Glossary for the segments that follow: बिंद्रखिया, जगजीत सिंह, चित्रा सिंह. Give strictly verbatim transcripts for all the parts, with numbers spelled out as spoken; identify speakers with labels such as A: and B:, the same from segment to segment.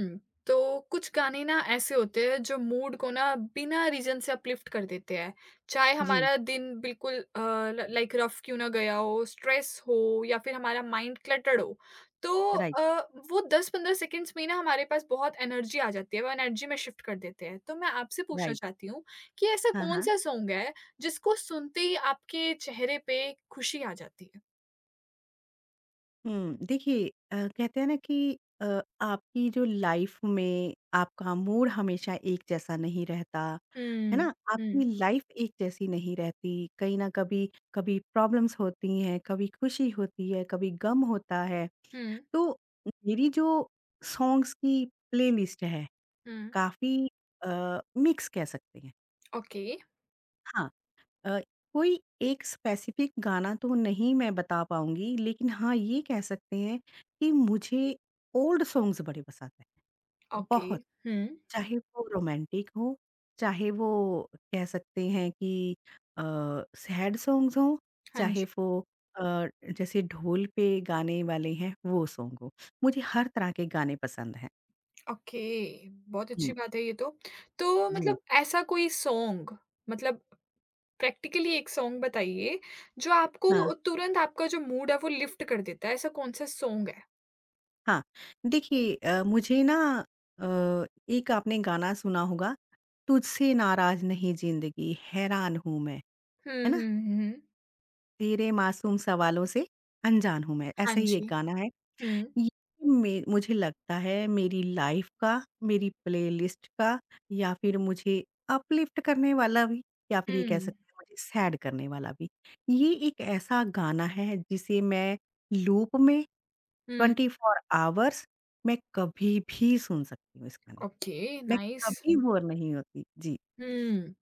A: हुँ, तो कुछ गाने ना ऐसे होते हैं जो mood को ना बिना रीज़न से अपलिफ्ट कर देते हैं। चाहे
B: जी,
A: हमारा दिन बिल्कुल अ, ल लाइक रफ़ क्यों ना गया हो, स्ट्रेस हो या फिर हमारा माइंड क्लटर्ड हो। तो
B: राइट,
A: अ, वो दस पंद्रह सेकंड्स में ही ना हमारे पास बहुत एनर्जी आ जाती है, वो एनर्जी में शिफ्ट कर देते हैं। तो मैं आपसे पूछना
B: राइट।
A: चाहती हूँ कि ऐसा
B: हाँ, हाँ।
A: कौन-सा सॉन्ग है जिसको सुनते ही आपके चेहरे पे खुशी आ जाती है?
B: हुँ, देखिए, अ, कहते हैं ना कि, अ, आपकी जो लाइफ़ में आपका मूड हमेशा एक जैसा नहीं रहता, है ना?
A: हुँ,
B: आपकी
A: हुँ,
B: लाइफ़ एक जैसी नहीं रहती, कहीं न कभी कभी प्रॉब्लम्स होती हैं, कभी खुशी होती है, कभी गम होता है।
A: हुँ,
B: तो मेरी जो सॉन्ग्स की प्लेलिस्ट है,
A: हुँ।
B: काफ़ी अ, मिक्स कह सकते हैं।
A: ओके,
B: हाँ, अ, कोई एक स्पेसिफिक गाना तो नहीं मैं बता पाऊँगी, लेकिन हाँ, ये कह सकते हैं कि मुझे ओल्ड सॉन्ग्स बड़े पसंद हैं,
A: ओके।
B: बहुत।
A: हुँ,
B: चाहे वो रोमांटिक हो, चाहे वो कह सकते हैं कि, अ, सैड सॉन्ग्स हों,
A: हाँ
B: चाहे
A: जी।
B: वो, अ, जैसे ढोल पे गाने वाले हैं, वो सॉन्ग हो। मुझे हर तरह के गाने पसंद हैं।
A: ओके, बहुत
B: हुँ,
A: अच्छी बात है ये तो। तो
B: जी।
A: मतलब ऐसा कोई सॉन्ग, मतलब प्रैक्टिकली एक सॉन्ग बताइए, जो
B: हाँ।
A: आपको तुरंत आपका जो मूड है वो लिफ्ट कर देता है, ऐसा कौन-सा सॉन्ग है?
B: हाँ, देखिए, अ, मुझे ना, अ, एक आपने गाना सुना होगा, तुझसे नाराज़ नहीं ज़िंदगी हैरान हूँ मैं, है
A: हुँ,
B: ना?
A: हुँ, हुँ।
B: तेरे मासूम सवालों से अनजान हूँ मैं,
A: हाँ
B: ऐसा ही एक
A: जी।
B: गाना है।
A: हुँ,
B: ये मे मुझे लगता है मेरी लाइफ़ का, मेरी प्लेलिस्ट का या फिर मुझे अपलिफ्ट करने वाला भी, या फिर ये कह
A: हुँ,
B: सकते हैं मुझे सैड करने वाला भी। ये एक ऐसा गाना है जिसे मैं लूप में
A: हुँ।
B: ट्वेंटी फोर आवर्स मैं कभी भी सुन सकती हूँ इस गाने को।
A: ओके,
B: मैं
A: नाइस।
B: कभी बोर नहीं होती। जी।
A: हुँ,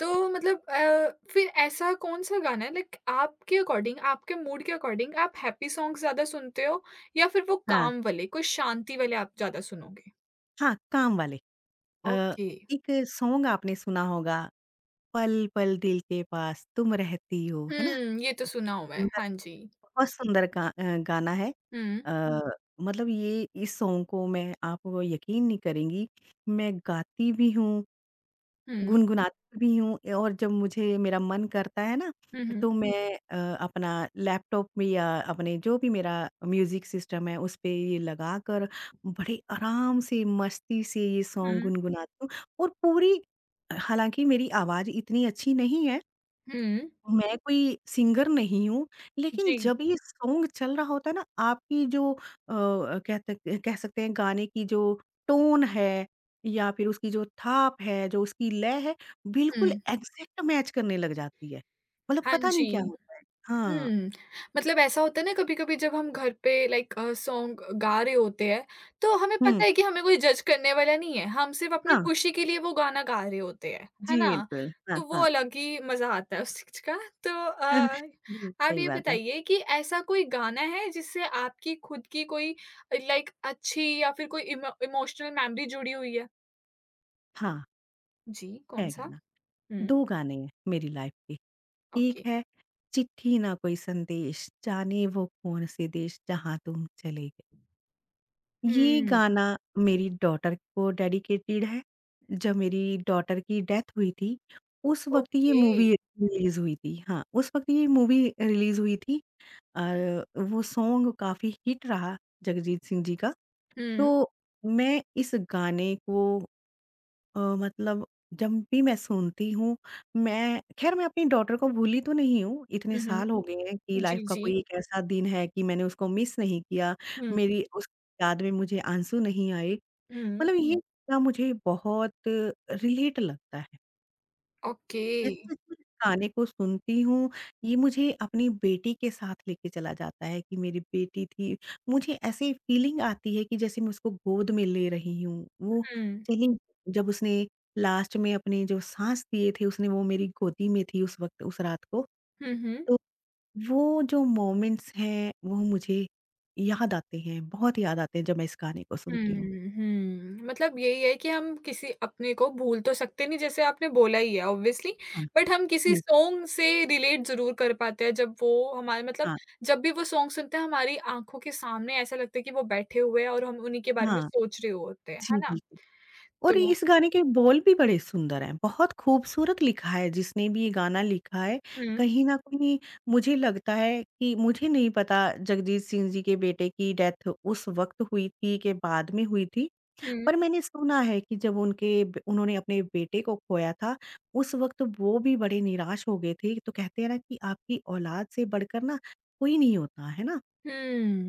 A: तो मतलब अ, फिर ऐसा कौन-सा गाना है, लाइक आपके अकॉर्डिंग, आपके मूड के अकॉर्डिंग आप हैप्पी सॉन्ग्स ज़्यादा सुनते हो या फिर वो
B: हाँ,
A: काम वाले, कोई शांति वाले आप ज़्यादा सुनोगे?
B: हाँ, काम वाले। अ,
A: ओके।
B: एक सॉन्ग आपने सुना होगा, पल-पल दिल के पास तुम रहती हो, है ना?
A: हुँ, ये तो
B: बहुत
A: सुना हुआ है।
B: सुंदर,
A: हाँ जी।
B: बहुत सुंदर गा अ, गाना है।
A: हुँ,
B: अ, मतलब ये इस सॉन्ग को मैं आप वो यकीन नहीं करेंगी, मैं गाती भी हूँ,
A: हुँ,
B: गुनगुनाती भी हूँ ए, और जब मुझे मेरा मन करता है ना,
A: हुँ, हुँ,
B: तो मैं, अ, अपना लैपटॉप में या अपने जो भी मेरा म्यूज़िक सिस्टम है उस पे ये लगाकर बड़े आराम से, मस्ती से ये सॉन्ग
A: हुँ,
B: गुनगुनाती हूँ और पूरी, हालाँकि मेरी आवाज़ इतनी अच्छी नहीं है,
A: हुँ,
B: मैं कोई सिंगर नहीं हूँ, लेकिन
A: जी,
B: जब ये सॉन्ग चल रहा होता है ना, आपकी जो, अ, कहते कह सकते हैं गाने की जो टोन है या फिर उसकी जो थाप है, जो उसकी लय है, बिल्कुल
A: हुँ,
B: एग्ज़ैक्ट मैच करने लग जाती है। मतलब
A: हाँ
B: पता नहीं
A: जी।
B: क्या होता है। हाँ,
A: हुँ, मतलब ऐसा होता है ना कभी-कभी जब हम घर पे लाइक अ, सॉन्ग गा रहे होते हैं, तो हमें पता
B: हुँ,
A: है कि हमें कोई जज करने वाला नहीं है, हम सिर्फ़ अपनी
B: हाँ,
A: खुशी के लिए वो गाना गा रहे होते हैं, है
B: जी
A: ना?
B: बिल्कुल। हाँ,
A: तो वो
B: हाँ।
A: अलग ही मज़ा आता है उस चीज़ का। तो अ,
B: जी,
A: आप
B: सही
A: ये
B: बात है।
A: बताइए कि ऐसा कोई गाना है जिससे आपकी खुद की कोई, लाइक अच्छी या फिर कोई इमो इमोशनल मेमोरी जुड़ी हुई है?
B: हाँ,
A: जी,
B: है
A: कौन-सा?
B: गाना।
A: हुँ,
B: दो गाने हैं मेरी लाइफ़ के। एक
A: ओके।
B: है चिट्ठी ना कोई संदेश, जाने वो कौन से देश जहाँ तुम चले गए। ये
A: हुँ,
B: गाना मेरी डॉटर को डेडिकेटेड है। जब मेरी डॉटर की डेथ हुई थी, उस वक़्त ये
A: ओके।
B: मूवी रिलीज़ हुई थी। हाँ, उस वक़्त ये मूवी रिलीज़ हुई थी और वो सॉन्ग काफ़ी हिट रहा, जगजीत सिंह जी का।
A: हुँ,
B: तो मैं इस गाने को, अ, मतलब जब भी मैं सुनती हूँ, मैं ख़ैर मैं अपनी डॉटर को भूली तो नहीं हूँ, इतने
A: हुँ,
B: साल हो
A: हुँ।
B: गए हैं कि लाइफ़
A: जी,
B: का
A: जी।
B: कोई एक ऐसा दिन है कि मैंने उसको मिस नहीं किया।
A: हुँ,
B: मेरी उसकी याद में मुझे आंसू नहीं आए।
A: हुँ।
B: मतलब ये गाना मुझे बहुत रिलेट लगता है।
A: ओके।
B: जैसे-जैसे इस गाने को सुनती हूँ, ये मुझे अपनी बेटी के साथ लेके चला जाता है कि मेरी बेटी थी। मुझे ऐसी फीलिंग आती है कि जैसे मैं उसको गोद में ले रही हूँ। वो
A: हुँ।
B: चली, जब उसने लास्ट में अपने जो साँस दिए थे, उसने वो मेरी गोदी में थी उस वक़्त, उस रात को।
A: हुँ, हुँ।
B: तो वो जो मोमेंट्स हैं, वो मुझे याद आते हैं, बहुत याद आते हैं जब मैं इस गाने को
A: हुँ,
B: सुनती हूँ।
A: हुँ। मतलब यही है कि हम किसी अपने को भूल तो सकते नहीं, जैसे आपने बोला ही है ऑब्वियसली,
B: हाँ,
A: बट हम किसी
B: जी।
A: सॉन्ग से रिलेट ज़रूर कर पाते हैं जब वो हमारे, मतलब
B: हाँ,
A: जब भी वो सॉन्ग सुनते हैं हमारी आँखों के सामने ऐसा लगता है कि वो बैठे हुए हैं और हम उन्हीं के बारे में
B: हाँ।
A: सोच रहे होते हैं, है
B: जी,
A: ना?
B: बिल्कुल। और
A: तो
B: इस गाने के बोल भी बड़े सुंदर हैं, बहुत खूबसूरत लिखा है जिसने भी ये गाना लिखा है।
A: हुँ,
B: कहीं न कहीं मुझे लगता है कि मुझे नहीं पता जगजीत सिंह जी के बेटे की डेथ उस वक़्त हुई थी कि बाद में हुई थी,
A: हुँ,
B: पर मैंने सुना है कि जब उनके ब उन्होंने अपने बेटे को खोया था, उस वक़्त वो भी बड़े निराश हो गए थे। तो कहते हैं ना कि आपकी औलाद से बढ़कर ना कोई नहीं होता, है ना?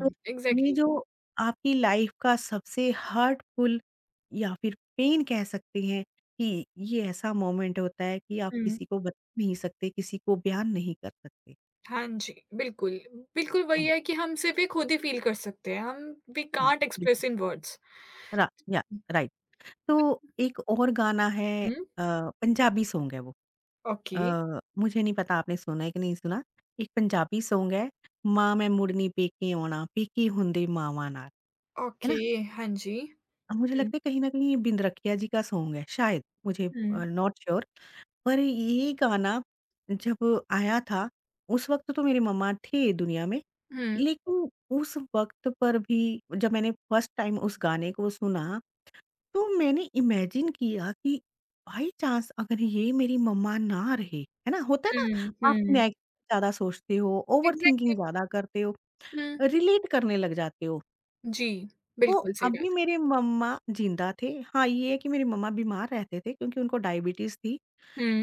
B: तो ये
A: एग्ज़ैक्टली।
B: जो आपकी लाइफ़ का सबसे हर्टफुल या फिर पेन कह सकते हैं कि ये ऐसा मोमेंट होता है कि आप
A: हुँ।
B: किसी को बता नहीं सकते, किसी को बयान नहीं कर सकते।
A: हाँ जी, बिल्कुल। बिल्कुल वही
B: हाँ,
A: है कि हम सिर्फ़ ये खुद ही फ़ील कर सकते हैं। हम वी
B: हुँ,
A: कांट
B: बिल्कुल।
A: Express in words.
B: रा या राइट। तो एक और गाना है,
A: हुँ।
B: अ, पंजाबी सॉन्ग है वो।
A: ओके,
B: अ, मुझे नहीं पता आपने सुना है कि नहीं सुना। एक पंजाबी सॉन्ग है, माँ मैं मुड़नी पेके आउणा, पेके हुंदे मावां नाल। है
A: ओके,
B: ना?
A: हाँ जी।
B: मुझे
A: हुँ,
B: लगता है कहीं न कहीं ये बिंद्रखिया जी का सॉन्ग है शायद, मुझे, अ,
A: हुँ,
B: नॉट श्योर। पर ये गाना जब आया था, उस वक़्त तो मेरे मम्मा थे दुनिया में,
A: हुँ,
B: लेकिन उस वक़्त पर भी जब मैंने फर्स्ट टाइम उस गाने को सुना, तो मैंने इमेजिन किया कि बाई चांस अगर ये मेरी मम्मा ना रहे, है ना? होता है
A: हुँ,
B: ना, आप
A: हुँ।
B: नेगेटिव ज़्यादा सोचते हो, ओवरथिंकिंग
A: एग्ज़ैक्टली।
B: ज़्यादा करते हो,
A: हुँ,
B: रिलेट करने लग जाते हो।
A: जी,
B: तो
A: बिल्कुल सही
B: अभी
A: बात।
B: मेरे मम्मा ज़िंदा थे। हाँ, ये है कि मेरे मम्मा बीमार रहते थे क्योंकि उनको डायबिटीज़ थी।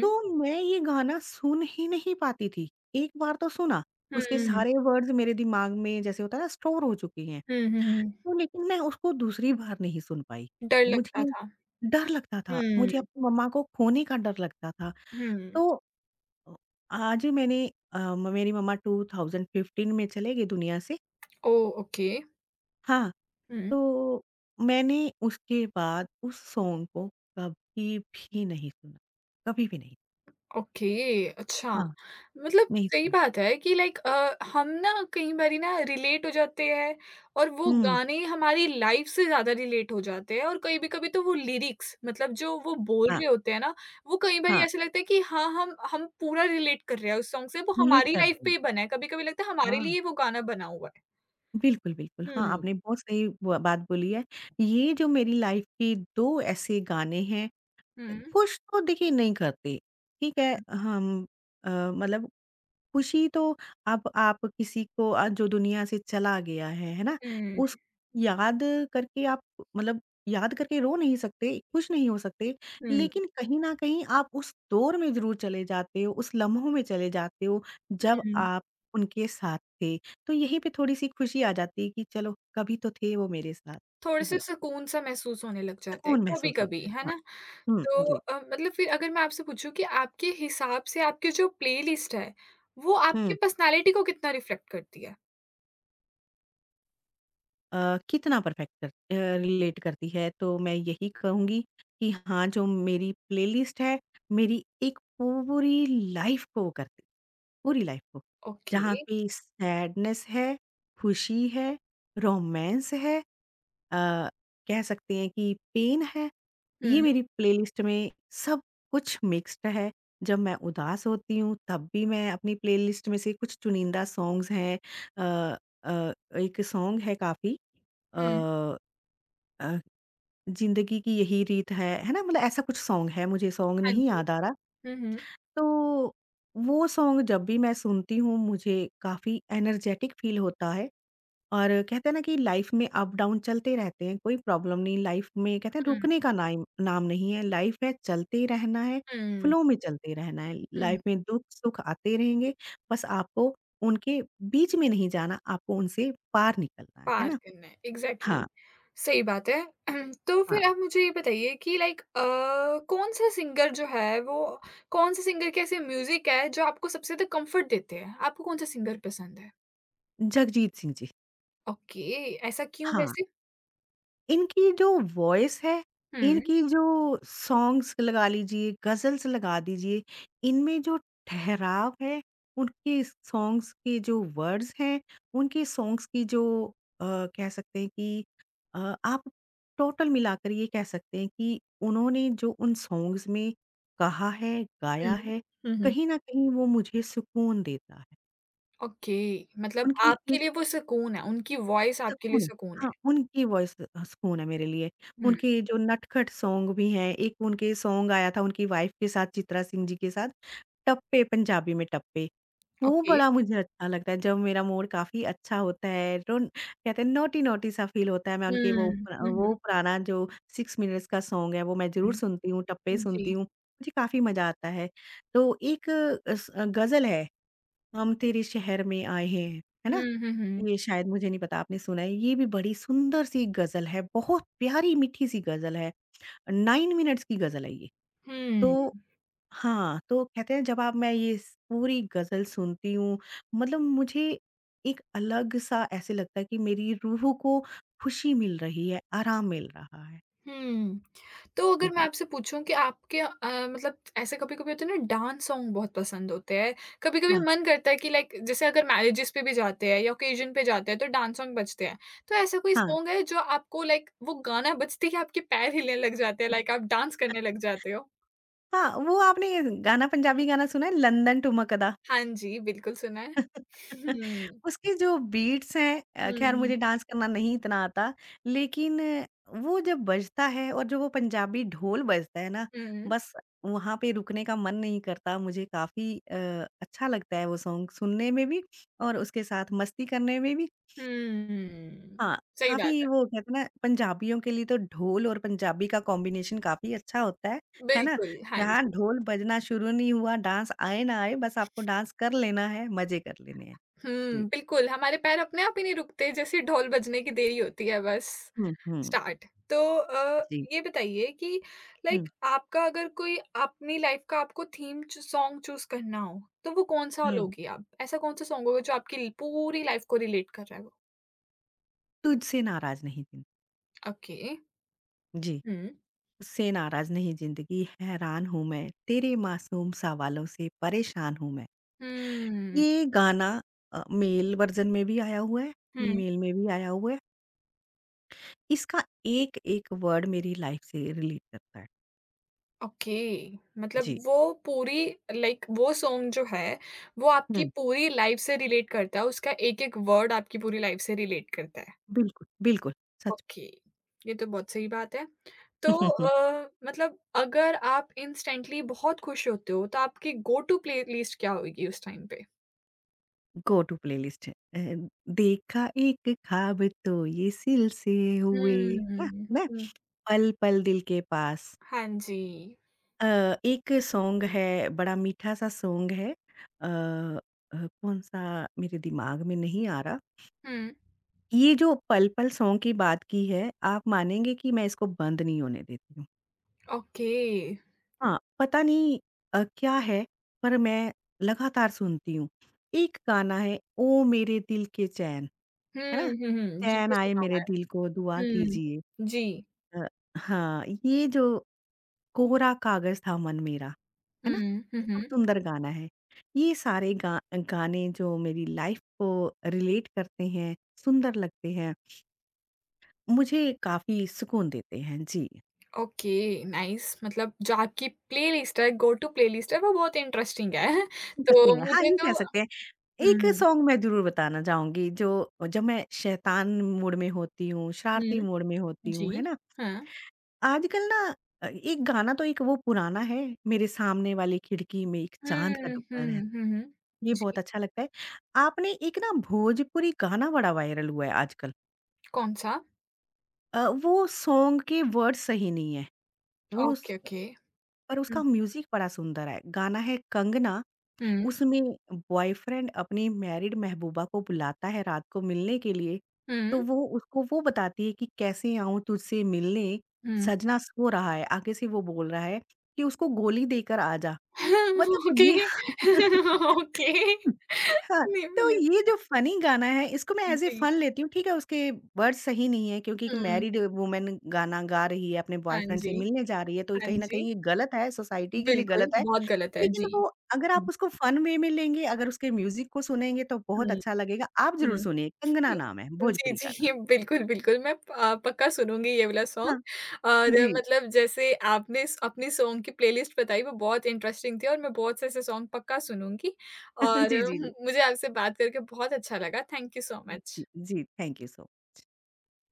B: तो मैं ये गाना सुन ही नहीं पाती थी। एक बार तो सुना,
A: हुँ,
B: उसके
A: हुँ,
B: सारे वर्ड्स मेरे दिमाग में जैसे होता है ना स्टोर हो चुके हैं।
A: हुँ, हुँ, हुँ।
B: तो लेकिन मैं उसको दूसरी बार नहीं सुन पाई।
A: डर लगता
B: मुझे
A: था।
B: डर लगता था,
A: हुँ,
B: मुझे अपनी मम्मा को खोने का डर लगता था।
A: हुँ।
B: तो, अ, आज मैंने, अ, मेरी मम्मा ट्वेंटी फिफ्टीन में चले गए दुनिया से।
A: ओह! ओके,
B: हाँ,
A: हुँ।
B: तो मैंने उसके बाद उस सॉन्ग को कभी भी नहीं सुना, कभी भी नहीं।
A: ओके, अच्छा।
B: हाँ,
A: मतलब
B: नहीं
A: सही
B: सुना।
A: बात है कि लाइक अ, हम ना कई बारी ना रिलेट हो जाते हैं और वो
B: हुँ।
A: गाने हमारी लाइफ़ से ज़्यादा रिलेट हो जाते हैं और कई भी कभी तो वो लिरिक्स, मतलब जो वो बोल
B: हाँ,
A: रहे होते हैं ना, वो कई बारी
B: हाँ।
A: ऐसा लगता है कि हाँ, हम हम पूरा रिलेट कर रहे हैं उस सॉन्ग से, वो
B: रिलेट
A: हमारी
B: कर
A: लाइफ़
B: रही
A: पे
B: हूँ।
A: ही बना है, कभी-कभी लगता है हमारे लिए
B: हाँ।
A: ही वो गाना बना हुआ है।
B: बिल्कुल, बिल्कुल। हाँ,
A: हुँ,
B: आपने बहुत सही ब बात बोली है। ये जो मेरी लाइफ के दो ऐसे गाने हैं,
A: हुँ,
B: खुश तो देखिए नहीं करते, ठीक है? हम, अ, मतलब खुशी तो, अब आप किसी को, अ, जो दुनिया से चला गया है, है ना?
A: हुँ,
B: उस याद करके आप, मतलब याद करके रो नहीं सकते, खुश नहीं हो सकते,
A: हुँ, हुँ,
B: लेकिन कहीं न कहीं आप उस दौर में ज़रूर चले जाते हो, उस लम्हों में चले जाते हो, जब
A: हुँ।
B: आप उनके साथ थे। तो यहीं पे थोड़ी-सी खुशी आ जाती है कि चलो, कभी तो थे वो मेरे साथ।
A: थोड़े-से
B: जी,
A: सुकून-सा महसूस होने लग जाता है
B: सुकून महसूस होता
A: कभी-कभी,
B: है।
A: है
B: हाँ।
A: ना?
B: हुँ,
A: तो
B: जी।
A: अ, मतलब फिर अगर मैं आपसे पूछूँ कि आपके हिसाब से आपकी जो प्लेलिस्ट है, वो आपकी
B: हुँ।
A: पर्सनैलिटी को कितना रिफ्लेक्ट करती है?
B: अ, कितना परफेक्ट कर, अ, रिलेट करती है, तो मैं यही कहूँगी कि हाँ, जो मेरी प्लेलिस्ट है, मेरी एक पूरी लाइफ़ को वो करती, पूरी लाइफ़ को।
A: ओके।
B: जहाँ पे सैडनेस है, खुशी है, रोमांस है, अ, कह सकते हैं कि पेन है, ये
A: हुँ,
B: मेरी प्लेलिस्ट में सब कुछ मिक्स्ड है। जब मैं उदास होती हूँ तब भी मैं अपनी प्लेलिस्ट में से कुछ चुनिंदा सॉन्ग्स हैं अ अ, एक सॉन्ग है काफ़ी अ
A: हुँ।
B: अ, ज़िंदगी की यही रीत है, है ना? मतलब ऐसा कुछ सॉन्ग है, मुझे सॉन्ग
A: हाँ
B: नहीं
A: जी।
B: याद आ रहा।
A: हुँ, हुँ।
B: तो वो सॉन्ग जब भी मैं सुनती हूँ मुझे काफ़ी एनर्जेटिक फ़ील होता है। और कहते हैं ना कि लाइफ में अप डाउन चलते रहते हैं, कोई प्रॉब्लम नहीं, लाइफ में कहते हैं
A: हुँ,
B: रुकने का नाम नाम नहीं है, लाइफ है चलते ही रहना है,
A: हुँ,
B: फ्लो में चलते रहना है,
A: हुँ।
B: लाइफ में दुख सुख आते रहेंगे, बस आपको उनके बीच में नहीं जाना, आपको उनसे पार निकलना है है
A: पार
B: ना?
A: करना है, एग्ज़ैक्टली।
B: हाँ।
A: सही बात है। तो
B: हाँ,
A: फिर आप मुझे ये बताइए कि लाइक अ, कौन-सा सिंगर जो है वो, कौन-से सिंगर के ऐसे म्यूज़िक है जो आपको सबसे ज़्यादा कम्फ़र्ट देते हैं? आपको कौन-सा सिंगर पसंद है?
B: जगजीत सिंह जी।
A: ओके, ऐसा क्यों
B: हाँ,
A: वैसे?
B: इनकी जो वॉइस है,
A: हुँ, हुँ।
B: इनकी जो सॉन्ग्स लगा लीजिए, गज़ल्स लगा दीजिए, इनमें जो ठहराव है, उनके सॉन्ग्स के जो वर्ड्स हैं, उनके सॉन्ग्स की जो, अ, कह सकते हैं कि, अ, आप टोटल मिलाकर ये कह सकते हैं कि उन्होंने जो उन सॉन्ग्स में कहा है, गाया है,
A: हुँ, हुँ।
B: कहीं न कहीं वो मुझे सुकून देता है।
A: ओके, मतलब
B: उनकी
A: आपके लिए वो सुकून है, उनकी वॉइस आपके लिए
B: सुकून है।
A: सुकून है।
B: हाँ, उनकी वॉइस, अ, सुकून है मेरे लिए।
A: हुँ,
B: उनके जो नटखट सॉन्ग भी हैं, एक उनके सॉन्ग आया था उनकी वाइफ के साथ, चित्रा सिंह जी के साथ, टप्पे, पंजाबी में टप्पे। वो
A: ओके।
B: बड़ा मुझे अच्छा लगता है जब मेरा मूड काफ़ी अच्छा होता है, रोन कहते हैं नॉटी-नॉटी सा फ़ील होता है, मैं उनके वो
A: हुँ,
B: पुरा
A: हुँ, हुँ,
B: वो पुराना जो सिक्स मिनट्स का सॉन्ग है वो मैं ज़रूर
A: हुँ,
B: सुनती हूँ, टप्पे सुनती
A: जी।
B: हूँ, मुझे काफ़ी मज़ा आता है। तो एक अस अ, गज़ल है, हम तेरे शहर में आए हैं, है
A: हुँ,
B: ना?
A: हुँ, हुँ।
B: ये शायद, मुझे नहीं पता आपने सुना है, ये भी बड़ी सुंदर सी गज़ल है, बहुत प्यारी मीठी सी गज़ल है, नाइन मिनट्स की गज़ल है ये।
A: हुँ,
B: तो हाँ, तो कहते हैं जब आप मैं ये स पूरी गज़ल सुनती हूँ, मतलब मुझे एक अलग-सा ऐसे लगता है कि मेरी रूह को खुशी मिल रही है, आराम मिल रहा है।
A: हुँ। तो
B: हुँ,
A: अगर मैं
B: हुँ।
A: आपसे पूछूँ कि आपके अ, मतलब ऐसे कभी-कभी होते हैं ना, डांस सॉन्ग बहुत पसंद होते हैं, कभी-कभी
B: हाँ,
A: मन करता है कि लाइक जैसे अगर मैरेजेस पे भी जाते हैं या ओकेज़न पे जाते हैं तो डांस सॉन्ग बजते हैं। तो ऐसा कोई
B: हाँ,
A: सॉन्ग है जो आपको, लाइक वो गाना बजते ही आपके पैर हिलने लग जाते हैं, लाइक आप डांस करने लग जाते हो?
B: हाँ, वो आपने गाना, पंजाबी गाना सुना है लंदन टू मकदा?
A: हाँ जी, बिल्कुल सुना है।
B: उसके जो बीट्स हैं, अ, खैर
A: हुँ,
B: मुझे डांस करना नहीं इतना आता, लेकिन वो जब बजता है और जो वो पंजाबी ढोल बजता है ना,
A: हुँ,
B: बस वहां पे रुकने का मन नहीं करता, मुझे काफी, अ, अच्छा लगता है वो सॉन्ग सुनने में भी और उसके साथ मस्ती करने में भी।
A: हुँ।
B: हाँ,
A: सही बात
B: काफी,
A: है।
B: वो कहते हैं ना पंजाबियों के लिए तो ढोल और पंजाबी का कॉम्बिनेशन काफी अच्छा होता है है ना?
A: बिल्कुल, हाँ
B: जहाँ
A: जी।
B: ढोल बजना शुरू नहीं हुआ, डांस आए ना आए, बस आपको डांस कर लेना है, मजे कर लेने हैं।
A: हुँ,
B: जी।
A: बिल्कुल, हमारे पैर अपने आप ही नहीं रुकते, जैसे ढोल बजने की देरी होती है बस,
B: हम्म, हम्म।
A: स्टार्ट। तो अ,
B: जी।
A: ये बताइए कि
B: हुँ,
A: लाइक आपका अगर कोई अपनी लाइफ़ का आपको थीम चू सॉन्ग चूज़ करना हो, तो वो कौन-सा
B: हुँ।
A: लोगी आप? ऐसा कौन-सा सॉन्ग होगा जो आपकी पूरी लाइफ़ को रिलेट कर रहा है वो?
B: तुझसे नाराज़ नहीं जिन
A: ओके।
B: जी।
A: हुँ।
B: तुझसे नाराज़ नहीं ज़िंदगी हैरान हूँ मैं, तेरे मासूम सवालों से परेशान हूँ मैं।
A: हुँ,
B: ये गाना, अ, मेल वर्ज़न में भी आया हुआ है,
A: हुँ।
B: फीमेल में भी आया हुआ है। इसका एक-एक वर्ड मेरी लाइफ़ से रिलेट करता है।
A: ओके, मतलब
B: जी।
A: वो पूरी, लाइक वो सॉन्ग जो है, वो आपकी
B: हुँ,
A: पूरी लाइफ़ से रिलेट करता है, उसका एक-एक वर्ड आपकी पूरी लाइफ़ से रिलेट करता है।
B: बिल्कुल, बिल्कुल, सच।
A: ओके, ये तो बहुत सही बात है। तो अ, मतलब अगर आप इंस्टेंटली बहुत खुश होते हो, तो आपकी गो टू प्लेलिस्ट क्या होगी उस टाइम पे?
B: गो टू प्लेलिस्ट है। अ, देखा एक ख्वाब तो ये सिलसिले हुए, है
A: हुँ,
B: ना?
A: हुँ।
B: पल-पल दिल के पास,
A: हाँ जी।
B: अ, एक सॉन्ग है, बड़ा मीठा-सा सॉन्ग है। अ अ, कौन-सा मेरे दिमाग में नहीं आ रहा।
A: हुँ,
B: ये जो पल-पल सॉन्ग की बात की है, आप मानेंगे कि मैं इसको बंद नहीं होने देती हूँ।
A: ओके।
B: हाँ, पता नहीं, अ, क्या है, पर मैं लगातार सुनती हूँ। एक गाना है, ओ मेरे दिल के चैन,
A: हुँ,
B: है ना?
A: हुँ, हुँ। जी,
B: चैन
A: ये
B: आए
A: सुना हुआ
B: मेरे
A: है।
B: दिल को दुआ कीजिए।
A: हुँ, जी।
B: अ, हाँ, ये जो कोरा कागज़ था मन मेरा, है ना?
A: हुँ, हुँ, हुँ।
B: कितना सुंदर गाना है। ये सारे गा गाने जो मेरी लाइफ़ को रिलेट करते हैं, सुंदर लगते हैं, मुझे काफ़ी सुकून देते हैं। जी,
A: ओके, नाइस, मतलब जो आपकी प्लेलिस्ट है, गो टू प्लेलिस्ट है, वो बहुत इंटरेस्टिंग है।
B: बस
A: तो
B: में हाँ,
A: मुझे
B: ये कह
A: तो
B: सकते हैं। एक
A: हुँ,
B: सॉन्ग मैं ज़रूर बताना चाहूँगी जो जब मैं शैतान मूड में होती हूँ, शरारती
A: हुँ,
B: मूड में होती
A: जी,
B: हूँ, है ना?
A: हाँ।
B: आजकल ना, अ, एक गाना, तो एक वो पुराना है, मेरे सामने वाली खिड़की में एक चाँद का
A: हुँ,
B: टुकड़ा
A: हुँ,
B: रहता,
A: हुँ, हुँ।
B: ये बहुत
A: जी,
B: अच्छा लगता है। आपने एक ना भोजपुरी गाना बड़ा वायरल हुआ है आजकल।
A: कौन-सा?
B: अ, वो सॉन्ग के वर्ड्स सही नहीं है। वो स
A: ओके, ओके।
B: पर उसका
A: हुँ,
B: म्यूज़िक बड़ा सुंदर है। गाना है कंगना,
A: हुँ,
B: उसमें बॉयफ्रेंड अपनी मैरिड महबूबा को बुलाता है रात को मिलने के लिए।
A: हुँ,
B: तो वो उसको वो बताती है कि कैसे आऊँ तुझसे मिलने,
A: हुँ।
B: सजना सो रहा है। आगे से वो बोल रहा है कि उसको गोली देकर आ जा। मतलब
A: ओके,
B: ये।
A: ओके।
B: हाँ,
A: नहीं
B: तो
A: भैया
B: ये जो फ़नी गाना है इसको मैं ऐज़ ए
A: जी,
B: फ़न लेती हूँ, ठीक है, उसके वर्ड्स सही नहीं है क्योंकि एक
A: हुँ,
B: मैरिड वूमन गाना गा रही है, अपने
A: हाँ
B: बॉयफ्रेंड से
A: जी,
B: मिलने जा रही है तो
A: हाँ
B: कहीं न
A: जी।
B: कहीं ये गलत है, सोसाइटी के लिए
A: बिल्कुल,
B: गलत है।
A: बहुत गलत है,
B: लेकिन
A: जी।
B: वो, अगर आप
A: हुँ,
B: उसको फ़न वे में लेंगे, अगर उसके म्यूज़िक को सुनेंगे तो बहुत
A: हुँ,
B: अच्छा लगेगा। आप ज़रूर
A: हुँ।
B: सुनिए, कंगना नाम है,
A: जी,
B: भोजपुरी गाना।
A: जी, बिल्कुल, बिल्कुल, मैं अ, पक्का सुनूँगी ये वाला
B: हाँ,
A: सॉन्ग, और
B: जी।
A: मतलब जैसे आपने स अपनी सॉन्ग की प्लेलिस्ट बताई, वो बहुत इंटरेस्टिंग थी और मैं बहुत से ऐसे सॉन्ग पक्का सुनूँगी और
B: जी, जी,
A: हम्म,
B: जी।
A: मुझे आपसे बात करके बहुत अच्छा लगा। Thank you so much.
B: जी, जी, थैंक यू सो